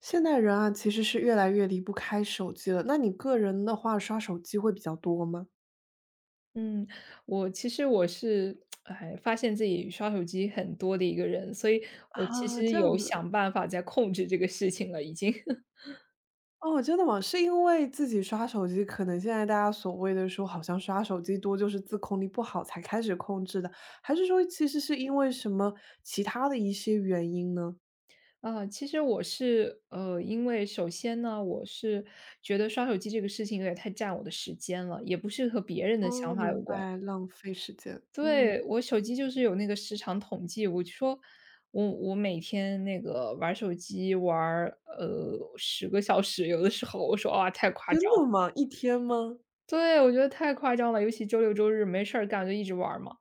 现代人啊，其实是越来越离不开手机了。那你个人的话，刷手机会比较多吗？嗯，我其实是，哎，发现自己刷手机很多的一个人，所以我其啊，实这有样子。想办法在控制这个事情了，已经。哦，真的吗？是因为自己刷手机，可能现在大家所谓的说，好像刷手机多就是自控力不好才开始控制的，还是说其实是因为什么其他的一些原因呢？啊，其实我是，因为首先呢，我是觉得刷手机这个事情有点太占我的时间了，也不是和别人的哦，想法有明关。白，浪费时间。嗯，对，我手机就是有那个时长统计，我就说我每天那个玩手机玩儿10个小时，有的时候我说啊，太夸张。真的吗？一天吗？对，我觉得太夸张了，尤其周六周日没事儿干就一直玩儿嘛。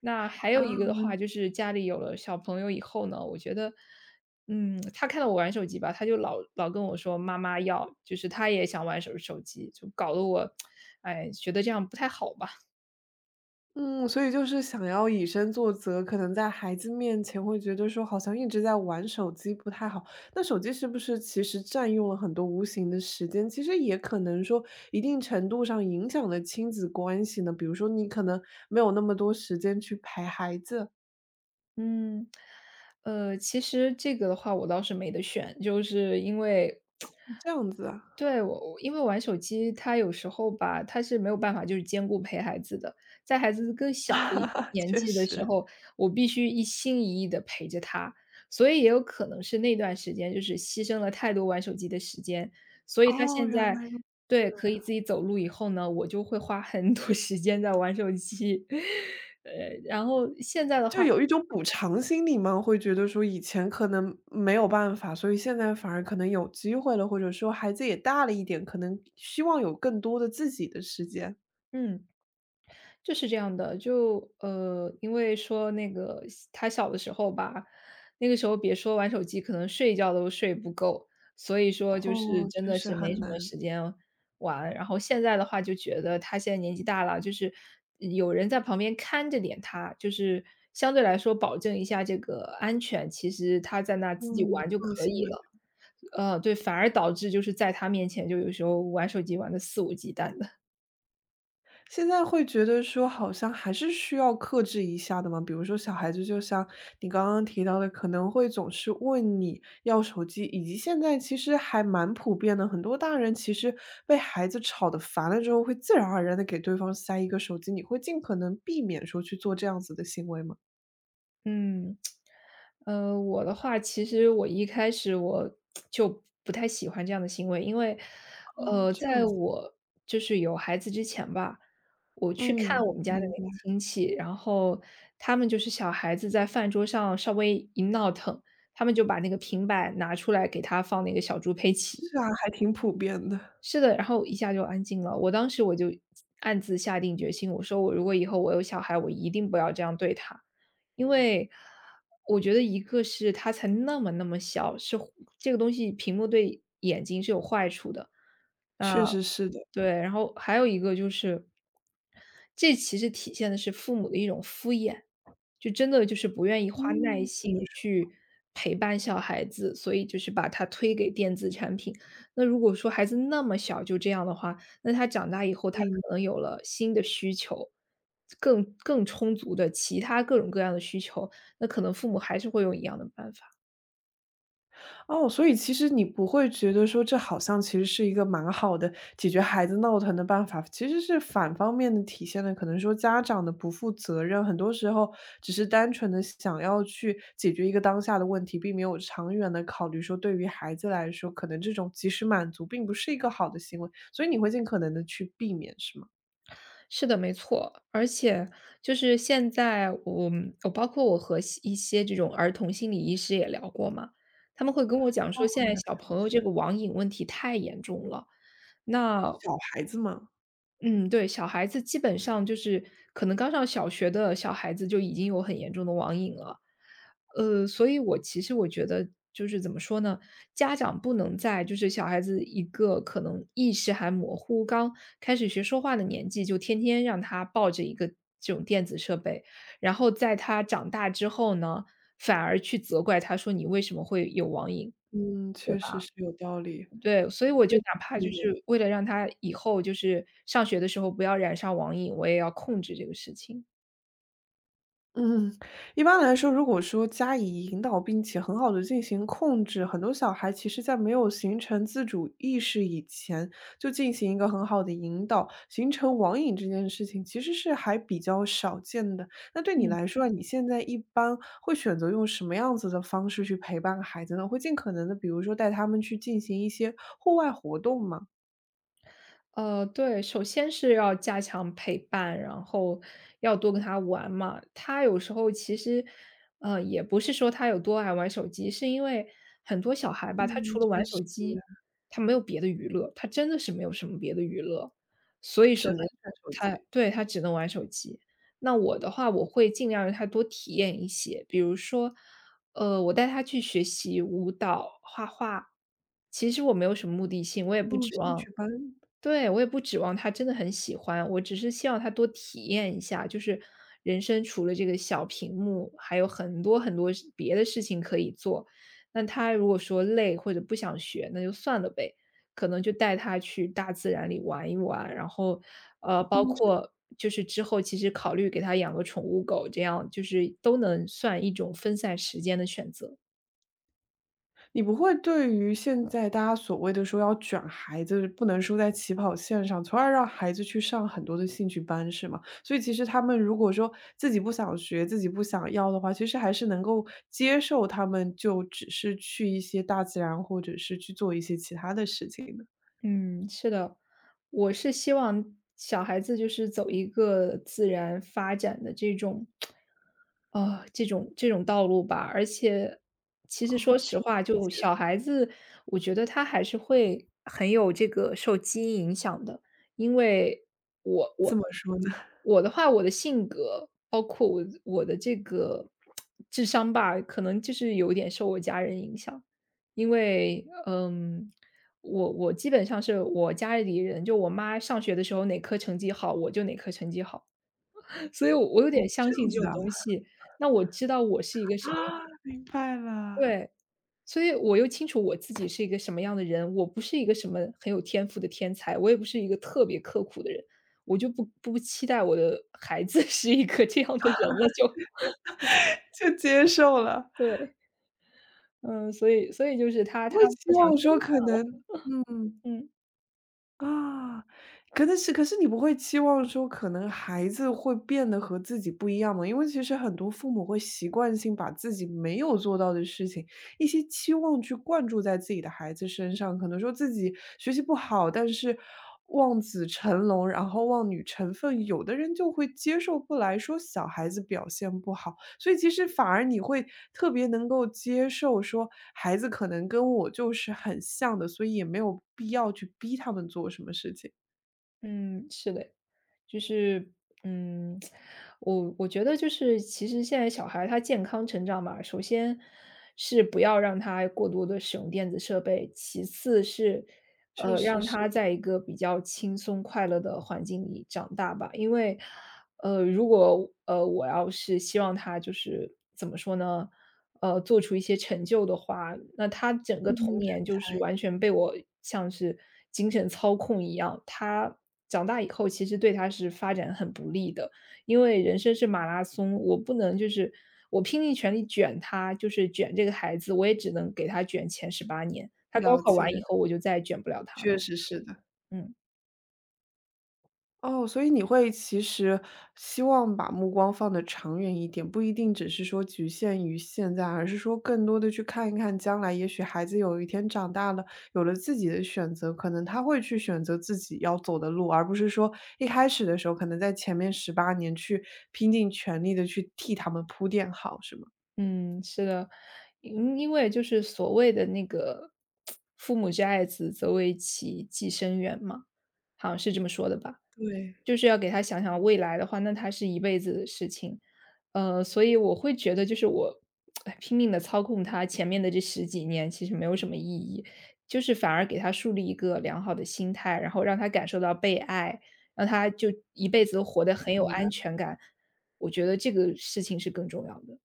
那还有一个啊。的话，就是家里有了小朋友以后呢，我觉得，他看到我玩手机吧，他就老跟我说妈妈要，就是他也想玩手机，就搞得我，哎，觉得这样不太好吧。嗯，所以就是想要以身作则，可能在孩子面前会觉得说，好像一直在玩手机不太好。那手机是不是其实占用了很多无形的时间？其实也可能说，一定程度上影响了亲子关系呢。比如说，你可能没有那么多时间去陪孩子，嗯，其实这个的话我倒是没得选，就是因为。这样子啊，对，我因为玩手机，他有时候吧，他是没有办法就是兼顾陪孩子的。在孩子更小的一个 年确纪的时实。候，我必须一心一意的陪着他，所以也有可能是那段时间就是牺牲了太多玩手机的时间，所以他哦，现在原来如对，可以自己走路以后呢，我就会花很多时间在玩手机。呃，然后现在的话就有一种补偿心理嘛，会觉得说以前可能没有办法，所以现在反而可能有机会了，或者说孩子也大了一点，可能希望有更多的自己的时间。嗯。就是这样的，就因为说那个他小的时候吧，那个时候别说玩手机，可能睡觉都睡不够，所以说就是哦，真确的实是没很什么难，时间玩。然后现在的话，就觉得他现在年纪大了，就是有人在旁边看着点他，就是相对来说保证一下这个安全，其实他在那自己嗯，玩就放可心以吧。了。对，反而导致就是在他面前就有时候玩手机玩的肆无忌惮的。现在会觉得说好像还是需要克制一下的嘛，比如说小孩子就像你刚刚提到的，可能会总是问你要手机，以及现在其实还蛮普遍的，很多大人其实被孩子吵得烦了之后，会自然而然的给对方塞一个手机，你会尽可能避免说去做这样子的行为吗？嗯，我的话，其实我一开始我就不太喜欢这样的行为，因为，哦，这样在子，我就是有孩子之前吧，我去看嗯，我们家的明那白，个亲戚，然后他们就是小孩子在饭桌上稍微一闹腾，他们就把那个平板拿出来给他放那个小猪佩奇，是啊，还挺普遍的，是的，然后一下就安静了。我当时我就暗自下定决心，我说我如果以后我有小孩，我一定不要这样对他。因为我觉得一个是他才那么那么小，是这个东西屏幕对眼睛是有坏处的。啊，确实是的，对，然后还有一个就是，这其实体现的是父母的一种敷衍，就真的就是不愿意嗯，花耐心怎么说？去陪伴小孩子，所以就是把他推给电子产品。那如果说孩子那么小就这样的话，那他长大以后，他可嗯。能有了新的需求，更充足的其他各种各样的需求，那可能父母还是会用一样的办法。哦，所以其实你不会觉得说这好像其实是一个蛮好的解决孩子闹腾的办法，其实是反方面的体现了可能说家长的不负责任，很多时候只是单纯的想要去解决一个当下的问题，并没有长远的考虑说对于孩子来说，可能这种及时满足并不是一个好的行为，所以你会尽可能的去避免，是吗？是的，没错。而且就是现在我们我包括我和西一些这种儿童心理医师也聊过嘛，他们会跟我讲说，哦，现原在来小朋友这个网瘾问题太严重了，那是小孩子嘛，嗯，对，小孩子基本上就是可能刚上小学的小孩子就已经有很严重的网瘾了。所以我其实我觉得就是怎么说呢，家长不能在就是小孩子一个可能意识还模糊、刚开始学说话的年纪，就天天让他抱着一个这种电子设备，然后在他长大之后呢，反而去责怪他说：“你为什么会有网瘾？”嗯，确实是有道理，对，所以我就哪怕就是为了让他以后就是上学的时候不要染上网瘾，我也要控制这个事情。嗯，一般来说，如果说加以引导，并且很好的进行控制，很多小孩其实在没有形成自主意识以前，就进行一个很好的引导，形成网瘾这件事情其实是还比较少见的。那对你嗯。来说啊你现在一般会选择用什么样子的方式去陪伴孩子呢？会尽可能的，比如说带他们去进行一些户外活动吗？对，首先是要加强陪伴，然后要多跟他玩嘛。他有时候其实，也不是说他有多爱玩手机，是因为很多小孩吧，他除嗯，了确玩手实。机，他没有别的娱乐，他真的是没有什么别的娱乐，所以说只能看手他，机，对，他只能玩手机。那我的话，我会尽量让他多体验一些，比如说，我带他去学习舞蹈、画画。其实我没有什么目的性，我也不哦，指兴望，趣班。对，我也不指望他真的很喜欢，我只是希望他多体验一下，就是人生除了这个小屏幕，还有很多很多别的事情可以做。那他如果说累或者不想学，那就算了呗，可能就带他去大自然里玩一玩，然后，包括就是之后其实考虑给他养个宠物狗，这样就是都能算一种分散时间的选择。你不会对于现在大家所谓的说要卷孩子，不能输在起跑线上，从而让孩子去上很多的兴趣班，是吗？所以其实他们如果说自己不想学，自己不想要的话，其实还是能够接受他们就只是去一些大自然，或者是去做一些其他的事情的。嗯，是的，我是希望小孩子就是走一个自然发展的这种，啊、这种道路吧。而且，其实说哦，实亲话，密就节小孩子，我觉得他还是会很有这个受基因影响的，因为我我这么说呢？我的话，我的性格，包括我的这个智商吧，可能就是有点受我家人影响，因为。我基本上是我家里人，就我妈上学的时候哪科成绩好，我就哪科成绩好，所以我有哦，点相这信样这子种啊。东西。那我知道我是一个什么。啊，明白了，对，所以我又清楚我自己是一个什么样的人，我不是一个什么很有天赋的天才，我也不是一个特别刻苦的人，我就不期待我的孩子 是一个这样的人了就。就接受了，对，嗯，所以就是他不会他期不想学望的。说可能嗯。嗯，啊，可能是可是你不会期望说可能孩子会变得和自己不一样吗？因为其实很多父母会习惯性把自己没有做到的事情，一些期望去灌注在自己的孩子身上，可能说自己学习不好，但是望子成龙，然后望女成凤，有的人就会接受不来，说小孩子表现不好。所以其实反而你会特别能够接受说，孩子可能跟我就是很像的，所以也没有必要去逼他们做什么事情。嗯，是的。就是，嗯，我觉得就是其实现在小孩他健康成长嘛，首先是不要让他过多的使用电子设备，其次是，确实让他是，在一个比较轻松快乐的环境里长大吧。因为，如果，我要是希望他就是怎么说呢？做出一些成就的话，那他整个嗯，童年成就是才，完全被我像是精神操控一样，他长大以后其实对他是发展很不利的。因为人生是马拉松，我不能就是我拼尽全力卷他，就是卷这个孩子，我也只能给他卷前18年，他高了考解，完以后我就再也卷不了他了。确实是的。嗯，哦，所以你会其实希望把目光放得长远一点，不一定只是说局限于现在，而是说更多的去看一看将来，也许孩子有一天长大了，有了自己的选择，可能他会去选择自己要走的路，而不是说一开始的时候，可能在前面18年去拼尽全力的去替他们铺垫好，是吗？嗯，是的。因为就是所谓的那个“父母之爱子，则为其计深远”嘛，好像是这么说的吧。对。就是要给他想想未来的话，那他是一辈子的事情。所以我会觉得就是我，哎拼命的操控他前面的这十几年其实没有什么意义，就是反而给他树立一个良好的心态，然后让他感受到被爱，让他就一辈子都活得很有安全感，我觉得这个事情是更重要的。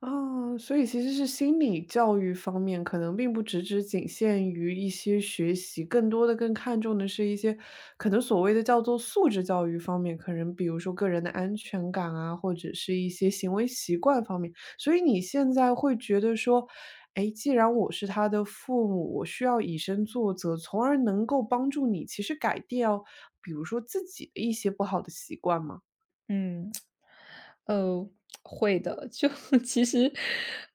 啊，所以其实是心理教育方面，可能并不只只仅限于一些学习，更多的更看重的是一些可能所谓的叫做素质教育方面，可能比如说个人的安全感啊，或者是一些行为习惯方面。所以你现在会觉得说，哎，既然我是他的父母，我需要以身作则，从而能够帮助你其实改掉，比如说自己的一些不好的习惯吗？嗯，呃，会的。就 其实，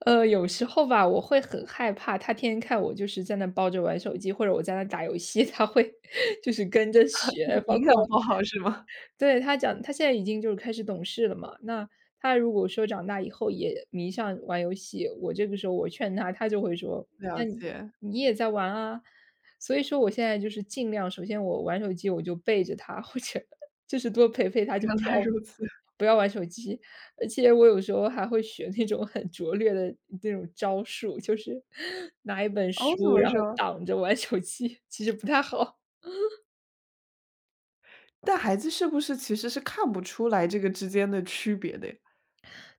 有时候吧，我会很害怕，他天天看我就是在那抱着玩手机，或者我在那打游戏，他会 就是跟着 学，包影括。响不好是吗？对，他讲他现在已经就是开始懂事了嘛，那他如果说长大以后也迷上玩游戏，我这个时候我劝他，他就会说：“那了你解，你也在玩啊。”所以说我现在就是尽量，首先我玩手机我就背着他，或者就是多陪陪他，就不原来要如此。玩手机。而且我有时候还会学那种很拙劣的那种招数，就是拿一本哦，怎书，么然后说？挡着玩手机，其实不太好。但孩子是不是其实是看不出来这个之间的区别的呀？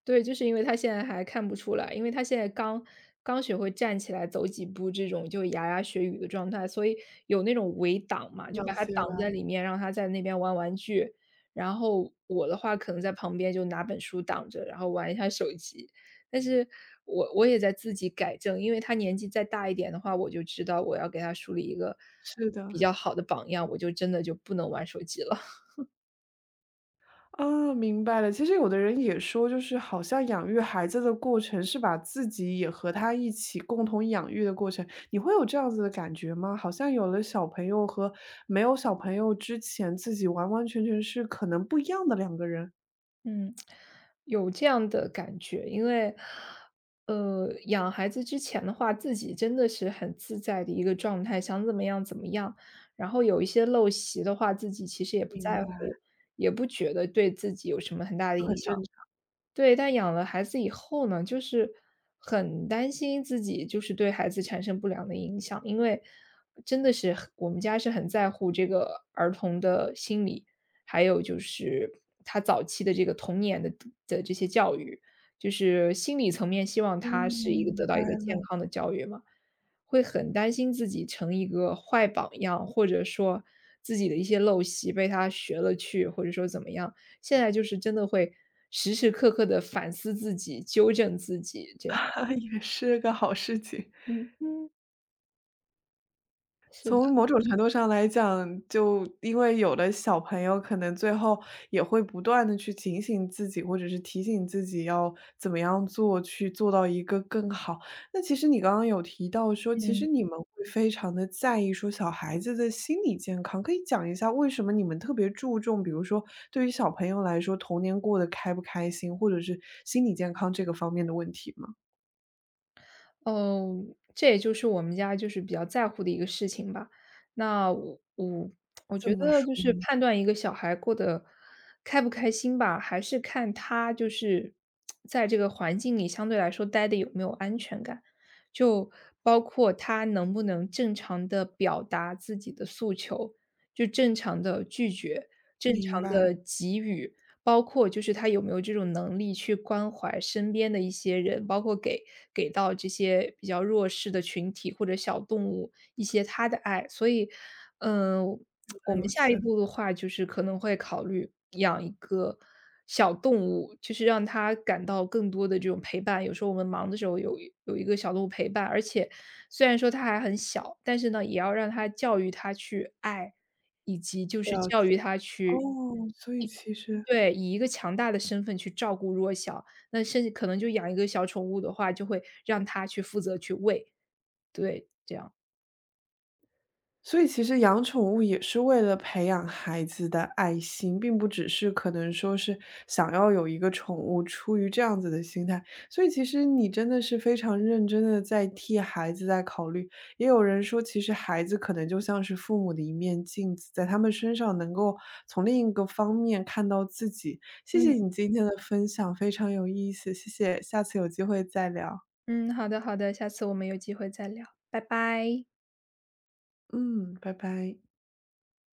对，就是因为他现在还看不出来，因为他现在刚刚学会站起来走几步这种就牙牙学语的状态，所以有那种围挡嘛，就把了他解挡了，在里面，让他在那边玩玩具。然后我的话可能在旁边就拿本书挡着，然后玩一下手机。但是我也在自己改正，因为他年纪再大一点的话，我就知道我要给他树立一个是比的，较好的榜样，我就真的就不能玩手机了。啊，明白了。其实有的人也说，就是好像养育孩子的过程是把自己也和他一起共同养育的过程，你会有这样子的感觉吗？好像有了小朋友和没有小朋友之前，自己完完全全是可能不一样的两个人，嗯，有这样的感觉，因为，养孩子之前的话，自己真的是很自在的一个状态，想怎么样怎么样。然后有一些陋习的话，自己其实也不嗯，在乎，也不觉得对自己有什么很大的就影很响。正常。对，但养了孩子以后呢，就是很担心自己就是对孩子产生不良的影响，因为真的是很我们家是很在乎这个儿童的心理，还有就是他早期的这个童年的的这些教育，就是心理层面希望嗯，他是一个明得到白一个健了，康的教育嘛。会很担心自己成一个坏榜样，或者说自己的一些陋习被他学了去，或者说怎么样。现在就是真的会时时刻刻的反思自己、纠正自己，这样。也是个好事情。嗯嗯，是的。从某种程度上来讲，就因为有的小朋友，可能最后也会不断的去警醒自己，或者是提醒自己要怎么样做，去做到一个更好。那其实你刚刚有提到说，其实你们会非常的在意说小孩子的心理健康，可以讲一下为什么你们特别注重，比如说对于小朋友来说，童年过得开不开心，或者是心理健康这个方面的问题吗？哦，这也就是我们家就是比较在乎的一个事情吧。那我这觉么得说，就是判断一个小孩过得开不开心吧，还是看他就是在这个环境里相对来说待的有没有安全感，就包括他能不能正常的表达自己的诉求，就正常的拒绝，正明常白，原的给予，包括就是他有没有这种能力去关怀身边的一些人，包括给给到这些比较弱势的群体或者小动物一些他的爱。所以，嗯，我来们如下一此。步的话就是可能会考虑养一个小动物，就是让它感到更多的这种陪伴。有时候我们忙的时候有一个小动物陪伴，而且虽然说它还很小，但是呢，也要让它教育它去爱，以及就是了教育解，它去哦，所以其实对，以一个强大的身份去照顾弱小，那甚至可能就养一个小宠物的话，就会让它去负责去喂，对，这样。所以其实养宠物也是为了培养孩子的爱心，并不只是可能说是想要有一个宠物，出于这样子的心态。所以其实你真的是非常认真的在替孩子在考虑。也有人说，其实孩子可能就像是父母的一面镜子，在他们身上能够从另一个方面看到自己。谢谢嗯。你今天的分享，非常有意思，谢谢，下次有机会再聊。嗯，好的好的，下次我们有机会再聊，拜拜。嗯，拜拜。